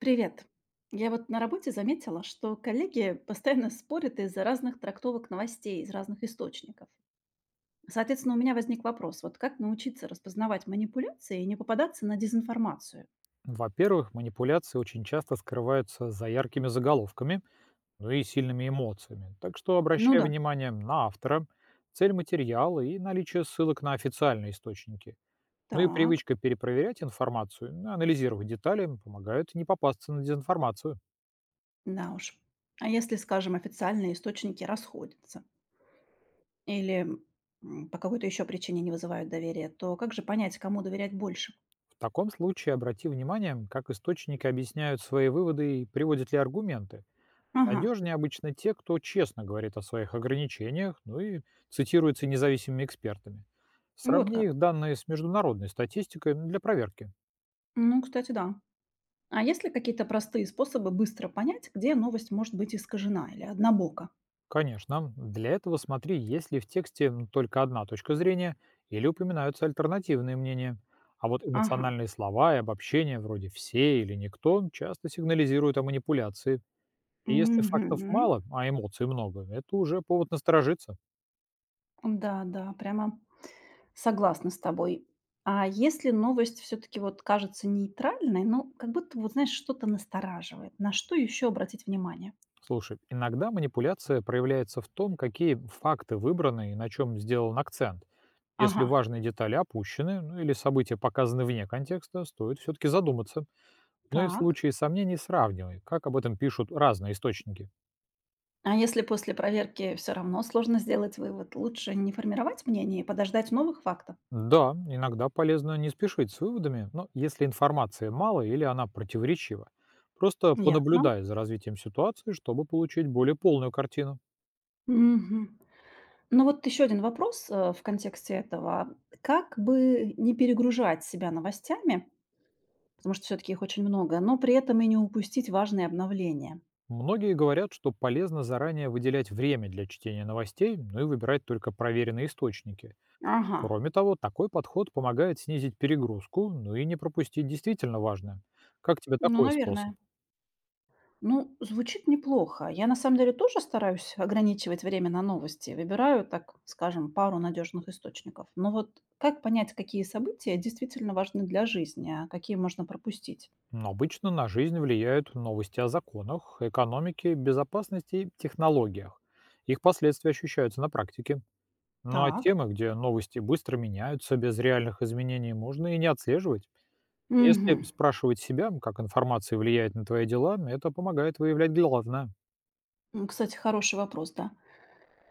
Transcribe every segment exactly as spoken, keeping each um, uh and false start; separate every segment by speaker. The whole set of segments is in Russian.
Speaker 1: Привет. Я вот на работе заметила, что коллеги постоянно спорят из-за разных трактовок новостей, из разных источников. Соответственно, у меня возник вопрос, вот как научиться распознавать манипуляции и не попадаться на дезинформацию?
Speaker 2: Во-первых, манипуляции очень часто скрываются за яркими заголовками, ну и сильными эмоциями. Так что
Speaker 1: Ну
Speaker 2: обращай
Speaker 1: да,
Speaker 2: внимание на автора, цель материала и наличие ссылок на официальные источники. Ну и
Speaker 1: так,
Speaker 2: привычка перепроверять информацию, ну, анализировать детали помогают не попасться на дезинформацию.
Speaker 1: да уж. А если, скажем, официальные источники расходятся или м, по какой-то еще причине не вызывают доверия, то как же понять, кому доверять больше?
Speaker 2: В таком случае обрати внимание, как источники объясняют свои выводы и приводят ли аргументы.
Speaker 1: Ага,
Speaker 2: Надежнее обычно те, кто честно говорит о своих ограничениях, ну и цитируется независимыми экспертами.
Speaker 1: вот
Speaker 2: Сравни
Speaker 1: как.
Speaker 2: их данные с международной статистикой для проверки.
Speaker 1: Ну, кстати, да. А есть ли какие-то простые способы быстро понять, где новость может быть искажена или однобока?
Speaker 2: Конечно, для этого смотри, есть ли в тексте м, только одна точка зрения или упоминаются альтернативные мнения. А вот
Speaker 1: Ага.
Speaker 2: эмоциональные слова и обобщения вроде «все» или «никто» часто сигнализируют о манипуляции. И если фактов
Speaker 1: Мгм.
Speaker 2: мало, а эмоций много, это уже повод насторожиться.
Speaker 1: Да, да, прямо согласна с тобой. А если новость все-таки вот кажется нейтральной, ну, как будто, вот знаешь, что-то настораживает, на что еще обратить внимание?
Speaker 2: Слушай, иногда манипуляция проявляется в том, какие факты выбраны и на чем сделан акцент. Если
Speaker 1: Ага,
Speaker 2: важные детали опущены, ну или события показаны вне контекста, стоит все-таки задуматься. Ну и в
Speaker 1: так.
Speaker 2: случае сомнений сравнивай, как об этом пишут разные источники.
Speaker 1: А если после проверки все равно сложно сделать вывод, лучше не формировать мнение и подождать новых фактов?
Speaker 2: Да, иногда полезно не спешить с выводами, но если информации мало или она противоречива. Просто
Speaker 1: Ясно.
Speaker 2: понаблюдай за развитием ситуации, чтобы получить более полную картину.
Speaker 1: Мгм. Ну вот еще один вопрос, э, в контексте этого. Как бы не перегружать себя новостями, потому что все-таки их очень много, но при этом и не упустить важные обновления?
Speaker 2: Многие говорят, что полезно заранее выделять время для чтения новостей, ну и выбирать только проверенные источники.
Speaker 1: Ага,
Speaker 2: Кроме того, такой подход помогает снизить перегрузку, ну и не пропустить действительно важное. Как тебе
Speaker 1: ну,
Speaker 2: такой способ?
Speaker 1: наверное. Ну, звучит неплохо. Я на самом деле тоже стараюсь ограничивать время на новости. Выбираю, так скажем, пару надежных источников. Но вот как понять, какие события действительно важны для жизни, а какие можно пропустить?
Speaker 2: Но обычно на жизнь влияют новости о законах, экономике, безопасности и технологиях. Их последствия ощущаются на практике. Ну а
Speaker 1: Так.
Speaker 2: темы, где новости быстро меняются без реальных изменений, можно и не отслеживать. Если
Speaker 1: Угу.
Speaker 2: спрашивать себя, как информация влияет на твои дела, это помогает выявлять главное.
Speaker 1: Кстати, хороший вопрос, да,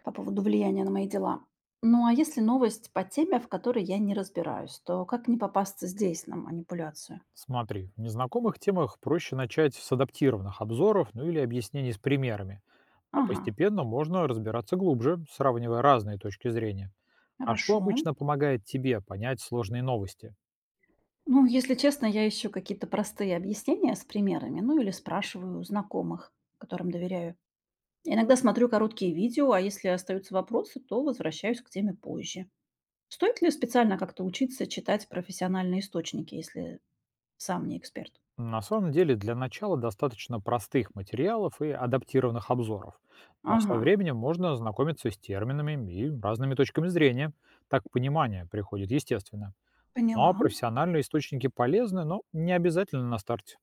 Speaker 1: по поводу влияния на мои дела. Ну, а если новость по теме, в которой я не разбираюсь, то как не попасться здесь на манипуляцию?
Speaker 2: Смотри, в незнакомых темах проще начать с адаптированных обзоров, ну или объяснений с примерами. А
Speaker 1: Ага,
Speaker 2: постепенно можно разбираться глубже, сравнивая разные точки зрения. А что
Speaker 1: хорошо.
Speaker 2: обычно помогает тебе понять сложные новости?
Speaker 1: Ну, если честно, я ищу какие-то простые объяснения с примерами, ну или спрашиваю у знакомых, которым доверяю. Иногда смотрю короткие видео, а если остаются вопросы, то возвращаюсь к теме позже. Стоит ли специально как-то учиться читать профессиональные источники, если сам не эксперт?
Speaker 2: На самом деле для начала достаточно простых материалов и адаптированных обзоров. Но со
Speaker 1: Ага,
Speaker 2: временем можно ознакомиться с терминами и разными точками зрения. Так понимание приходит естественно. Но
Speaker 1: поняла.
Speaker 2: профессиональные источники полезны, но не обязательно на старте.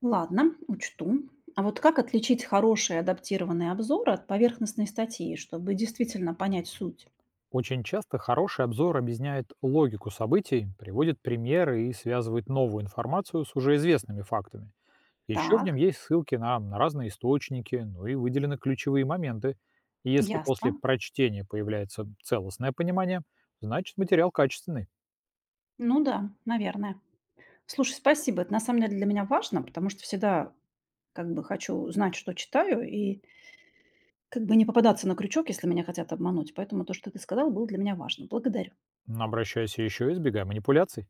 Speaker 1: Ладно, учту. А вот как отличить хороший адаптированный обзор от поверхностной статьи, чтобы действительно понять суть?
Speaker 2: Очень часто хороший обзор объясняет логику событий, приводит примеры и связывает новую информацию с уже известными фактами. Еще в нем
Speaker 1: Так,
Speaker 2: есть ссылки на, на разные источники, ну и выделены ключевые моменты. И если после
Speaker 1: ясно.
Speaker 2: прочтения появляется целостное понимание, значит материал качественный.
Speaker 1: Ну да, наверное. Слушай, спасибо. Это на самом деле для меня важно, потому что всегда как бы хочу знать, что читаю, и как бы не попадаться на крючок, если меня хотят обмануть. Поэтому то, что ты сказал, было для меня важно. Благодарю.
Speaker 2: Но обращайся еще и избегай манипуляций.